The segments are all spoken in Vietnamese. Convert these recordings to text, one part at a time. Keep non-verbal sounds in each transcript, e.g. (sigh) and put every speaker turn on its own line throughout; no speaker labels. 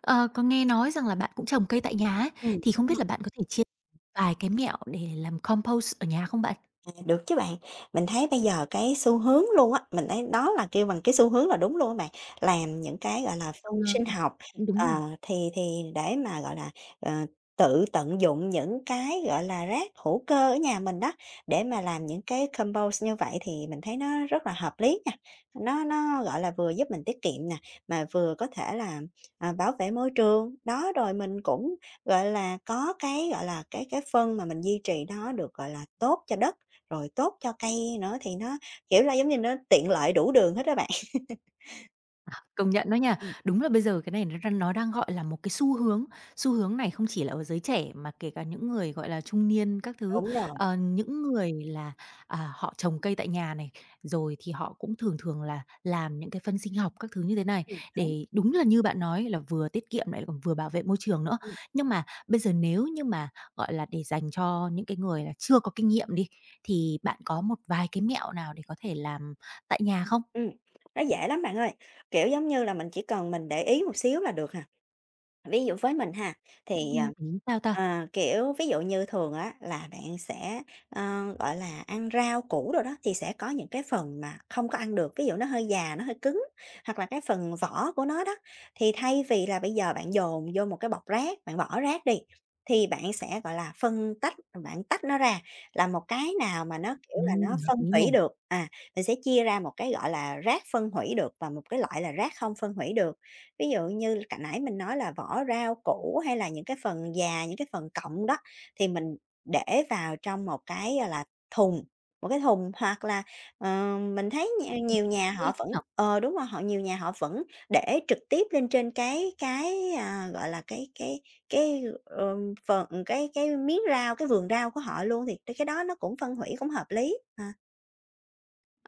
Ờ, có nghe nói rằng là bạn cũng trồng cây tại nhà ấy, thì không
Đúng.
biết là bạn có thể chia vài cái mẹo để làm compost ở nhà không bạn?
À, được chứ bạn. Mình thấy bây giờ cái xu hướng luôn á, mình thấy đó là kêu bằng cái xu hướng là đúng luôn á bạn, làm những cái, gọi là, phân
Ờ,
sinh học,
Cũng đúng
ờ,
ha.
thì để mà, gọi là, ờ, tự tận dụng những cái, gọi là, rác hữu cơ ở nhà mình đó, để mà làm những cái compost như vậy thì mình thấy nó rất là hợp lý nha. Nó, gọi là, vừa giúp mình tiết kiệm nè, mà vừa có thể là, bảo vệ môi trường. Đó, rồi mình cũng, gọi là, có cái, gọi là, cái phân mà mình duy trì đó được, gọi là, tốt cho đất. Rồi tốt cho cây nữa thì nó, kiểu là, giống như nó tiện lợi đủ đường hết đó bạn. (laughs)
Công nhận đó nha.
Ừm,
Đúng là bây giờ cái này nó đang, gọi là, một cái xu hướng. Xu hướng này không chỉ là ở giới trẻ mà kể cả những người, gọi là, trung niên các thứ.
đúng rồi.
Những người là, họ trồng cây tại nhà này, rồi thì họ cũng thường thường là làm những cái phân sinh học các thứ như thế này,
Đúng,
để đúng là như bạn nói là vừa tiết kiệm lại còn vừa bảo vệ môi trường nữa.
ừm,
Nhưng mà bây giờ nếu như mà, gọi là, để dành cho những cái người là chưa có kinh nghiệm đi, thì bạn có một vài cái mẹo nào để có thể làm tại nhà không?
ừm, nó dễ lắm bạn ơi, kiểu, giống như là, mình chỉ cần mình để ý một xíu là được à. Ví dụ với mình ha, thì,
Ừm. Sao ta?
kiểu, ví dụ như thường á là bạn sẽ, ờ, gọi là, ăn rau củ rồi đó thì sẽ có những cái phần mà không có ăn được, ví dụ nó hơi già, nó hơi cứng, hoặc là cái phần vỏ của nó đó, thì thay vì là bây giờ bạn dồn vô một cái bọc rác, bạn bỏ rác đi, thì bạn sẽ, gọi là, phân tách, bạn tách nó ra là một cái nào mà nó, kiểu là, nó
Hợp
phân
lý nè.
hủy được, mình sẽ chia ra một cái, gọi là, rác phân hủy được và một cái loại là rác không phân hủy được. Ví dụ như cả nãy mình nói là vỏ rau củ hay là những cái phần già, những cái phần cọng đó thì mình để vào trong một cái, gọi là, thùng, một cái thùng hoặc là, mình thấy nhiều nhà
Thế
họ vẫn
thì
đúng rồi, họ nhiều nhà họ vẫn để trực tiếp lên trên cái, gọi là, cái, phần cái miếng rau, cái vườn rau của họ luôn thì cái đó nó cũng phân hủy cũng hợp lý. À.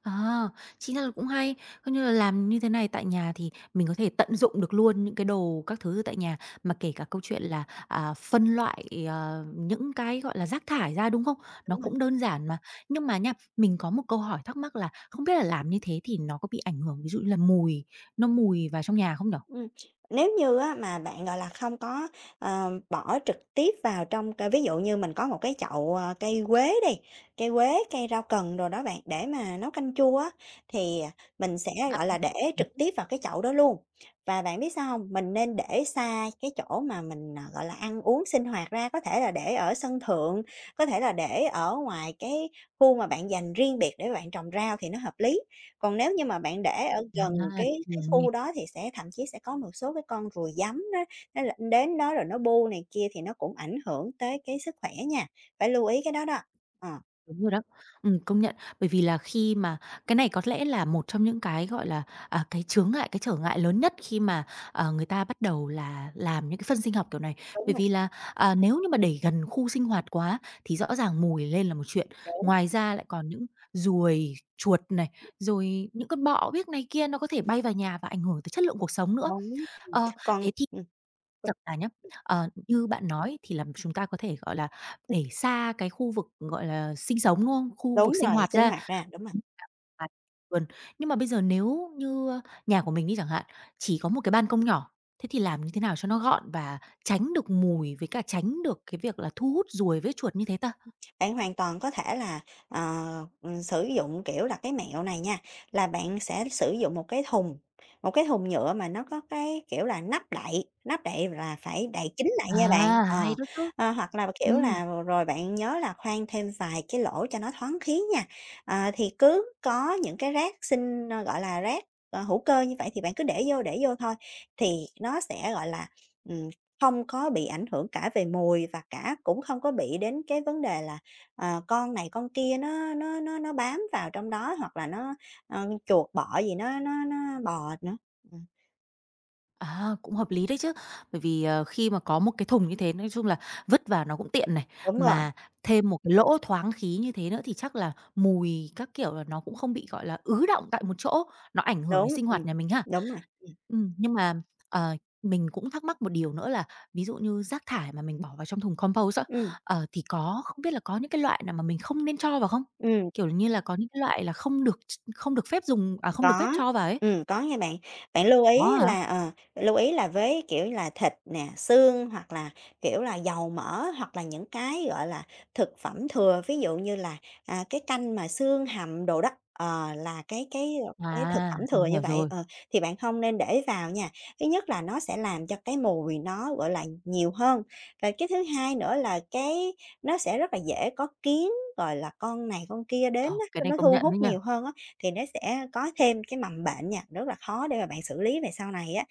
à, chính ra là cũng hay. Coi như là làm như thế này tại nhà thì mình có thể tận dụng được luôn những cái đồ các thứ tại nhà, mà kể cả câu chuyện là, à, phân loại, những cái, gọi là, rác thải ra, đúng không? Nó
Đúng rồi.
cũng đơn giản mà. Nhưng mà nha, mình có một câu hỏi thắc mắc là không biết là làm như thế thì nó có bị ảnh hưởng, ví dụ như là mùi, nó mùi vào trong nhà không nhở?
Ừm, nếu như á mà bạn, gọi là, không có, bỏ trực tiếp vào trong c ví dụ như mình có một cái chậu, cây quế đi, cây quế, cây rau cần rồi đó bạn, để mà nấu canh chua á, thì, mình sẽ,
À.
gọi là, để trực tiếp vào cái chậu đó luôn. Và bạn biết sao không? Mình nên để xa cái chỗ mà mình, gọi là, ăn uống sinh hoạt ra, có thể là để ở sân thượng, có thể là để ở ngoài cái khu mà bạn dành riêng biệt để bạn trồng rau thì nó hợp lý. Còn nếu như mà bạn để ở
À,
gần
à,
cái
đúng rồi.
khu đó thì sẽ thậm chí sẽ có một số cái con ruồi giấm đó, nó đến đó rồi nó bu này kia thì nó cũng ảnh hưởng tới cái sức khỏe nha, phải lưu ý cái đó đó. Ờ,
Đúng rồi đó. Công nhận. Bởi vì là khi mà cái này có lẽ là một trong những cái, gọi là, cái chướng ngại, cái trở ngại lớn nhất khi mà, người ta bắt đầu là làm những cái phân sinh học kiểu này.
đúng
Bởi
rồi,
vì là, nếu như mà để gần khu sinh hoạt quá thì rõ ràng mùi lên là một chuyện,
đúng,
ngoài ra lại còn những ruồi, chuột này, rồi những con bọ biếc này kia nó có thể bay vào nhà và ảnh hưởng tới chất lượng cuộc sống nữa.
đúng.
Ờ,
Còn
thế Thật là nhá, như bạn nói thì là chúng ta có thể, gọi là, để xa cái khu vực, gọi là, sinh sống, đúng không? Khu vực
đúng
sinh
rồi,
hoạt
sinh
ra.
hoạt ra,
(laughs)
đúng rồi.
À, vườn. Nhưng mà bây giờ nếu như, nhà của mình đi chẳng hạn, chỉ có một cái ban công nhỏ, thế thì làm như thế nào cho nó gọn và tránh được mùi với cả tránh được cái việc là thu hút ruồi với chuột như thế ta?
Bạn hoàn toàn có thể là, ờ, sử dụng, kiểu là, cái mẹo này nha, là bạn sẽ sử dụng một cái thùng nhựa mà nó có cái, kiểu là, nắp đậy là phải đậy kín lại nha bạn.
À, hay
Ờ,
đó chứ.
hoặc là, kiểu
Ừm.
là, rồi bạn nhớ là khoan thêm vài cái lỗ cho nó thoáng khí nha. Thì cứ có những cái rác gọi là, rác, hữu cơ như vậy thì bạn cứ để vô thôi, thì nó sẽ, gọi là, ừm, không có bị ảnh hưởng cả về mùi và cả cũng không có bị đến cái vấn đề là con này con kia nó bám vào trong đó hoặc là nó, chuột bọ gì nó bò nữa. Ừm,
À, cũng hợp lý đấy chứ. Bởi vì, khi mà có một cái thùng như thế, nói chung là vứt vào nó cũng tiện này,
đúng rồi,
mà thêm một cái lỗ thoáng khí như thế nữa thì chắc là mùi các kiểu là nó cũng không bị, gọi là, ứ đọng tại một chỗ, nó ảnh hưởng đến
đúng,
sinh hoạt nhà mình ha.
đúng rồi,
Nhưng mà, ờ, mình cũng thắc mắc một điều nữa là ví dụ như rác thải mà mình bỏ vào trong thùng compost á,
ừm,
thì có không biết là có những cái loại nào mà mình không nên cho vào không?
ừm.
Kiểu như là, có những cái loại là không được không được phép dùng à, không được phép
Có,
cho vào ấy?
có nha bạn. Bạn lưu
Có
ý
hả?
là, lưu ý là với, kiểu là, thịt nè, xương hoặc là, kiểu là, dầu mỡ hoặc là những cái, gọi là, thực phẩm thừa, ví dụ như là, cái canh mà xương hầm đồ đó, là cái, cái thực
À,
phẩm thừa
mình
như
hiểu
vậy,
rồi.
thì bạn không nên để vào nha. Thứ nhất là nó sẽ làm cho cái mùi nó, gọi là, nhiều hơn, và cái thứ hai nữa là cái nó sẽ rất là dễ có kiến, rồi là con này con kia đến
Ờ, cái
á,
này
nó
công
thu
nhận đấy
hút
nha.
nhiều hơn á. Thì nó sẽ có thêm cái mầm bệnh nha, rất là khó để mà bạn xử lý về sau này á.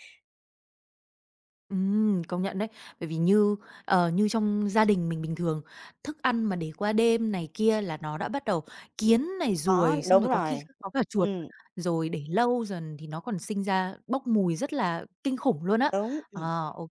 Công nhận đấy. Bởi vì như, như trong gia đình mình bình thường, thức ăn mà để qua đêm này kia là nó đã bắt đầu kiến này,
Có.
ruồi, xong rồi
Đúng
có khi
rồi,
có cả chuột,
ừm,
rồi để lâu dần thì nó còn sinh ra bốc mùi rất là kinh khủng luôn á.
đúng.
Ờ, ô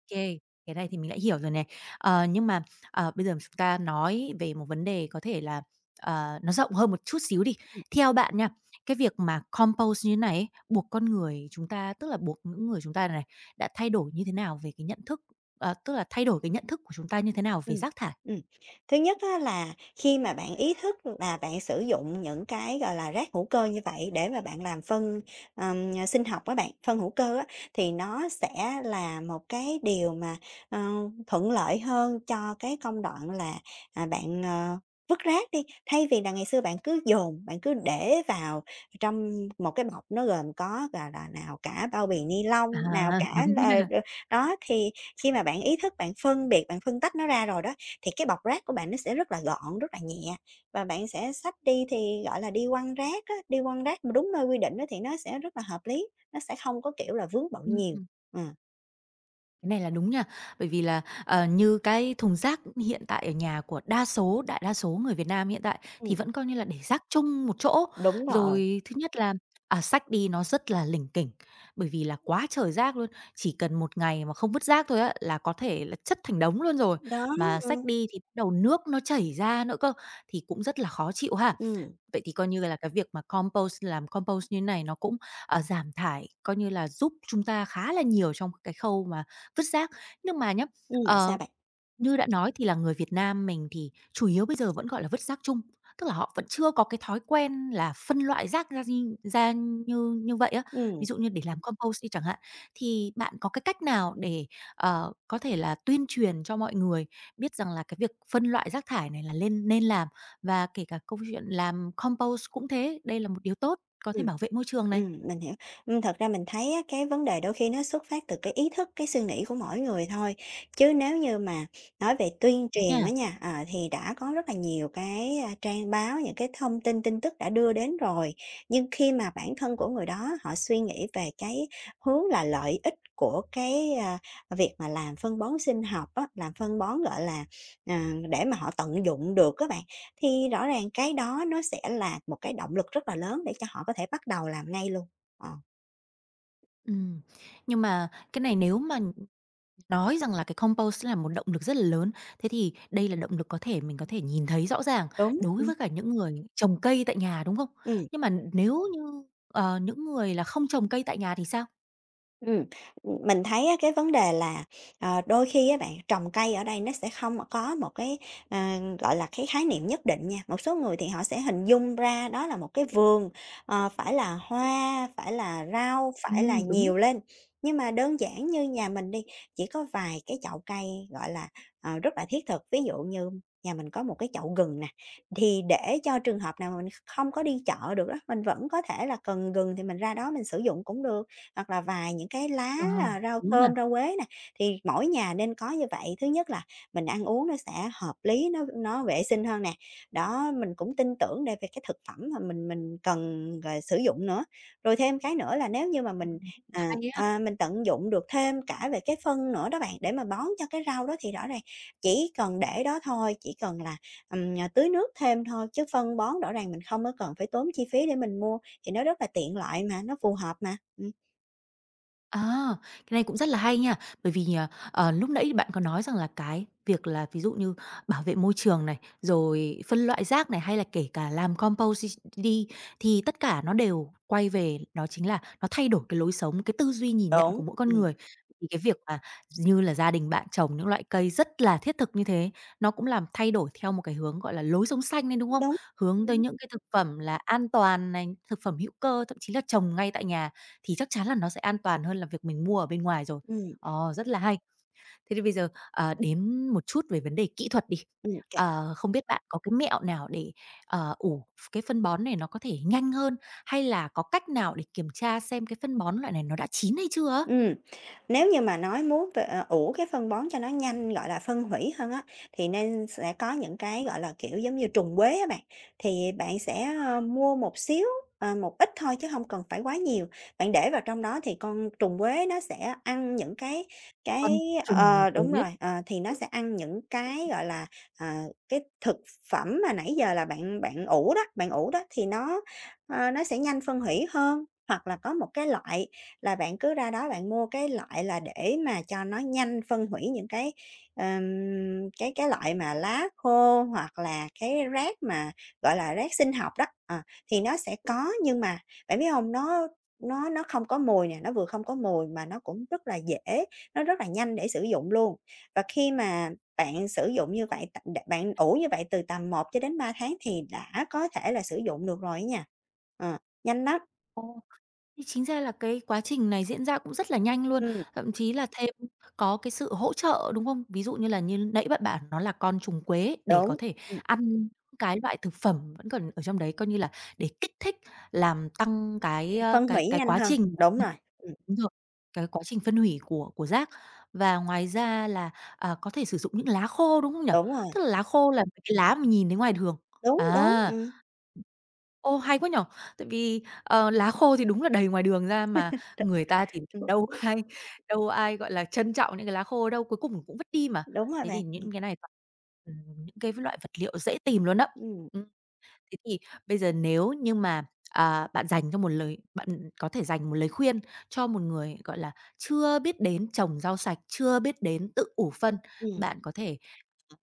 cái này thì mình đã hiểu rồi này. Ờ, nhưng mà, bây giờ chúng ta nói về một vấn đề có thể là, nó rộng hơn một chút xíu đi. Theo bạn nha, cái việc mà compose như thế này ấy, buộc con người chúng ta tức là buộc những người chúng ta này đã thay đổi như thế nào về cái nhận thức, tức là thay đổi cái nhận thức của chúng ta như thế nào về
Ừm,
rác thải?
ừm. Thứ nhất á là khi mà bạn ý thức là bạn sử dụng những cái, gọi là, rác hữu cơ như vậy để mà bạn làm phân, sinh học á bạn, phân hữu cơ á, thì nó sẽ là một cái điều mà, ờ, thuận lợi hơn cho cái công đoạn là, bạn, vứt rác đi. Thay vì là ngày xưa bạn cứ dồn, bạn cứ để vào trong một cái bọc nó gồm có, gọi là, nào cả bao bì ni lông,
À,
nào
(laughs) đúng
cả là,
nha.
đó thì khi mà bạn ý thức, bạn phân biệt, bạn phân tách nó ra rồi đó, thì cái bọc rác của bạn nó sẽ rất là gọn, rất là nhẹ và bạn sẽ xách đi thì, gọi là, đi quăng rác á, đi quăng rác mà đúng nơi quy định đó thì nó sẽ rất là hợp lý, nó sẽ không có, kiểu là, vướng bận nhiều. Ừm,
Cái này là đúng nha. Bởi vì là, như cái thùng rác hiện tại ở nhà của đa số đại đa số người Việt Nam hiện tại thì
ừm,
vẫn coi như là để rác chung một chỗ.
đúng rồi,
Rồi thứ nhất là, xách đi nó rất là lỉnh kỉnh, bởi vì là quá trời rác luôn. Chỉ cần một ngày mà không vứt rác thôi á, là có thể là chất thành đống luôn rồi.
đó,
Mà xách
ừ,
đi thì bắt đầu nước nó chảy ra nữa cơ, thì cũng rất là khó chịu ha.
ừm,
Vậy thì coi như là cái việc mà compost làm compost như này nó cũng, giảm thải, coi như là giúp chúng ta khá là nhiều trong cái khâu mà vứt rác. Nhưng mà nhá, ờ
sao bạn?
như đã nói thì là người Việt Nam mình thì chủ yếu bây giờ vẫn, gọi là, vứt rác chung, tức là họ vẫn chưa có cái thói quen là phân loại rác ra như như vậy á. Ví
Ừ,
dụ như để làm compost đi chẳng hạn, thì bạn có cái cách nào để, có thể là tuyên truyền cho mọi người biết rằng là cái việc phân loại rác thải này là nên nên làm, và kể cả câu chuyện làm compost cũng thế, đây là một điều tốt, có thể
ừ,
bảo vệ môi trường này,
Mình hiểu. Thật ra mình thấy á, cái vấn đề đôi khi nó xuất phát từ cái ý thức, cái suy nghĩ của mỗi người thôi, chứ nếu như mà nói về tuyên
đúng
truyền đó
nha.
nha, thì đã có rất là nhiều cái, trang báo, những cái thông tin, tin tức đã đưa đến rồi. Nhưng khi mà bản thân của người đó họ suy nghĩ về cái hướng là lợi ích của cái, việc mà làm phân bón sinh học á, làm phân bón, gọi là, để mà họ tận dụng được các bạn, thì rõ ràng cái đó nó sẽ là một cái động lực rất là lớn để cho họ có thể bắt đầu làm ngay luôn. Ờ,
Ừm, nhưng mà cái này nếu mà nói rằng là cái compost sẽ là một động lực rất là lớn, thế thì đây là động lực có thể mình có thể nhìn thấy rõ ràng
đúng,
đối
ừ,
với cả những người trồng cây tại nhà, đúng không?
ừm.
Nhưng mà nếu như, những người là không trồng cây tại nhà thì sao?
Ừm, mình thấy á cái vấn đề là, đôi khi á bạn, trồng cây ở đây nó sẽ không có một cái, gọi là, cái khái niệm nhất định nha. Một số người thì họ sẽ hình dung ra đó là một cái vườn, phải là hoa, phải là rau, phải là
Đúng đó.
nhiều lên. Nhưng mà đơn giản như nhà mình đi, chỉ có vài cái chậu cây, gọi là, rất là thiết thực. Ví dụ như nhà mình có một cái chậu gừng nè, thì để cho trường hợp nào mà mình không có đi chợ được đó mình vẫn có thể là cần gừng thì mình ra đó mình sử dụng cũng được hoặc là vài những cái lá,
Ờ,
rau
đúng là
thơm, rau quế nè, thì mỗi nhà nên có như vậy. Thứ nhất là mình ăn uống nó sẽ hợp lý, nó vệ sinh hơn nè. Đó, mình cũng tin tưởng để về cái thực phẩm mà mình cần, sử dụng nữa. Rồi thêm cái nữa là nếu như mà mình,
ừm,
à,
hay á.
à, mình tận dụng được thêm cả về cái phân nữa đó bạn, để mà bón cho cái rau đó thì rõ ràng chỉ cần để đó thôi, chỉ cần là, tưới nước thêm thôi, chứ phân bón rõ ràng mình không có cần phải tốn chi phí để mình mua, thì nó rất là tiện lợi mà, nó phù hợp mà. Ừm.
À, cái này cũng rất là hay nha. Bởi vì, à, lúc nãy bạn có nói rằng là cái việc là ví dụ như bảo vệ môi trường này, rồi phân loại rác này, hay là kể cả làm compost đi đi, thì tất cả nó đều quay về đó chính là nó thay đổi cái lối sống, cái tư duy nhìn nhận của
Đúng,
mỗi con người. Thì cái việc mà như là gia đình bạn trồng những loại cây rất là thiết thực như thế, nó cũng làm thay đổi theo một cái hướng, gọi là, lối sống xanh lên, đúng không?
đúng.
Hướng tới
Ừm,
những cái thực phẩm là an toàn này, thực phẩm hữu cơ, thậm chí là trồng ngay tại nhà thì chắc chắn là nó sẽ an toàn hơn là việc mình mua ở bên ngoài rồi.
ừm,
Ờ, rất là hay. Thế thì bây giờ, đến một chút về vấn đề kỹ thuật đi.
ừm,
Ờ, không biết bạn có cái mẹo nào để, ủ cái phân bón này nó có thể nhanh hơn, hay là có cách nào để kiểm tra xem cái phân bón loại này nó đã chín hay chưa á?
Ừm, nếu như mà nói muốn về, ủ cái phân bón cho nó nhanh, gọi là, phân hủy hơn á, thì nên sẽ có những cái, gọi là, kiểu, giống như trùng quế á bạn, thì bạn sẽ, mua một xíu, một ít thôi chứ không cần phải quá nhiều. Bạn để vào trong đó thì con trùng quế nó sẽ ăn những cái
Con
cái
trùng
đúng
quế.
rồi, thì nó sẽ ăn những cái, gọi là, ờ, cái thực phẩm mà nãy giờ là bạn bạn ủ đó thì nó, nó sẽ nhanh phân hủy hơn. Hoặc là có một cái loại là bạn cứ ra đó bạn mua cái loại là để mà cho nó nhanh phân hủy những cái, cái loại mà lá khô hoặc là cái rác mà, gọi là, rác sinh học đó, thì nó sẽ có, nhưng mà bạn biết không? Nó không có mùi nè, nó vừa không có mùi mà nó cũng rất là dễ, nó rất là nhanh để sử dụng luôn. Và khi mà bạn sử dụng như vậy, t đ bạn ủ như vậy từ tầm 1 cho đến 3 tháng thì đã có thể là sử dụng được rồi á nha. Ờ, nhanh lắm.
Thì chính ra là cái quá trình này diễn ra cũng rất là nhanh luôn,
Ừm,
thậm chí là thêm có cái sự hỗ trợ, đúng không? Ví dụ như là như nãy bạn bảo nó là con trùng quế để có
đúng.
thể ăn cái loại thực phẩm vẫn còn ở trong đấy, coi như là để kích thích làm tăng cái,
À, phân
cái
hủy
cái
nhanh
quá
hơn,
trình
đúng rồi, ừm,
đúng rồi, cái quá trình phân hủy của rác. Và ngoài ra là, có thể sử dụng những lá khô, đúng không nhỉ?
đúng rồi,
Tức là lá khô là cái lá mình nhìn thấy ngoài đường.
đúng, đúng,
À.
ừm.
Ô, hay quá nhở Tại vì ờ, lá khô thì đúng là đầy ngoài đường ra mà
Th
người ta thì (laughs)
ừm,
đâu ai đâu ai, gọi là, trân trọng những cái lá khô đâu, cuối cùng cũng vứt đi mà.
đúng rồi
Thế thì
bạn,
những cái này toàn những cái loại vật liệu dễ tìm luôn á.
ừm,
Thế thì bây giờ nếu như mà, bạn có thể dành một lời khuyên cho một người, gọi là, chưa biết đến trồng rau sạch, chưa biết đến tự ủ phân,
ừm.
bạn có thể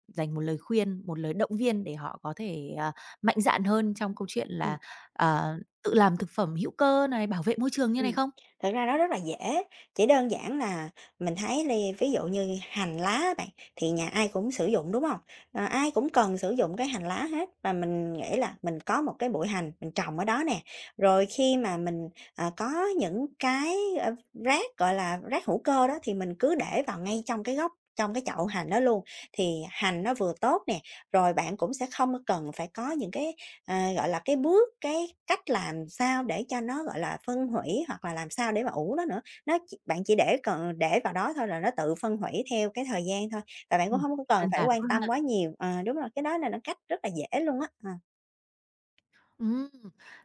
dành một lời khuyên, một lời động viên để họ có thể, mạnh dạn hơn trong câu chuyện là, à, tự làm thực phẩm hữu cơ này, bảo vệ môi trường như này
Ừm,
không?
thực ra nó rất là dễ, chỉ đơn giản là mình thấy đi, ví dụ như hành lá á bạn, thì nhà ai cũng sử dụng, đúng không? Ờ, ai cũng cần sử dụng cái hành lá hết và mình nghĩ là mình có một cái bụi hành mình trồng ở đó nè. Rồi khi mà mình, có những cái, rác, gọi là, rác hữu cơ đó thì mình cứ để vào ngay trong cái gốc, trong cái chậu hành đó luôn, thì hành nó vừa tốt nè, rồi bạn cũng sẽ không cần phải có những cái gọi là, cái bước, cái cách làm sao để cho nó, gọi là, phân hủy hoặc là làm sao để mà ủ nó nữa. Nó chỉ bạn chỉ để cần để vào đó thôi là nó tự phân hủy theo cái thời gian thôi, và bạn cũng
Ừm,
không có cần
đơn
phải
giản
quan
quá.
tâm quá nhiều. Ờ, đúng rồi, cái đó là nó cách rất là dễ luôn á. Ờ,
Ừm,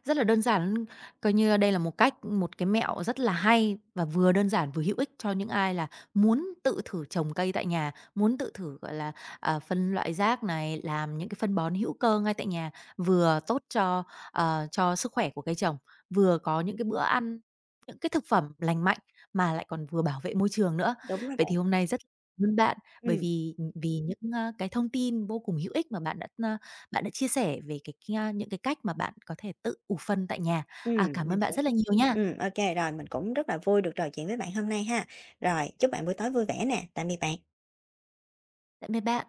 rất là đơn giản, coi như đây là một cách, một cái mẹo rất là hay và vừa đơn giản vừa hữu ích cho những ai là muốn tự thử trồng cây tại nhà, muốn tự thử, gọi là, phân loại rác này, làm những cái phân bón hữu cơ ngay tại nhà, vừa tốt cho, cho sức khỏe của cây trồng, vừa có những cái bữa ăn, những cái thực phẩm lành mạnh mà lại còn vừa bảo vệ môi trường nữa.
đúng rồi
Vậy thì
bạn.
hôm nay rất cảm ơn bạn bởi
Ừ,
vì vì những cái thông tin vô cùng hữu ích mà bạn đã chia sẻ về cái, a, những cái cách mà bạn có thể tự ủ phân tại nhà.
ừm,
À, cảm ơn
mình
bạn
hiểu.
rất là nhiều nha.
Ừ, ok rồi, mình cũng rất là vui được trò chuyện với bạn hôm nay ha. Rồi, chúc bạn buổi tối vui vẻ nè. Tạm biệt bạn.
Tạm biệt bạn.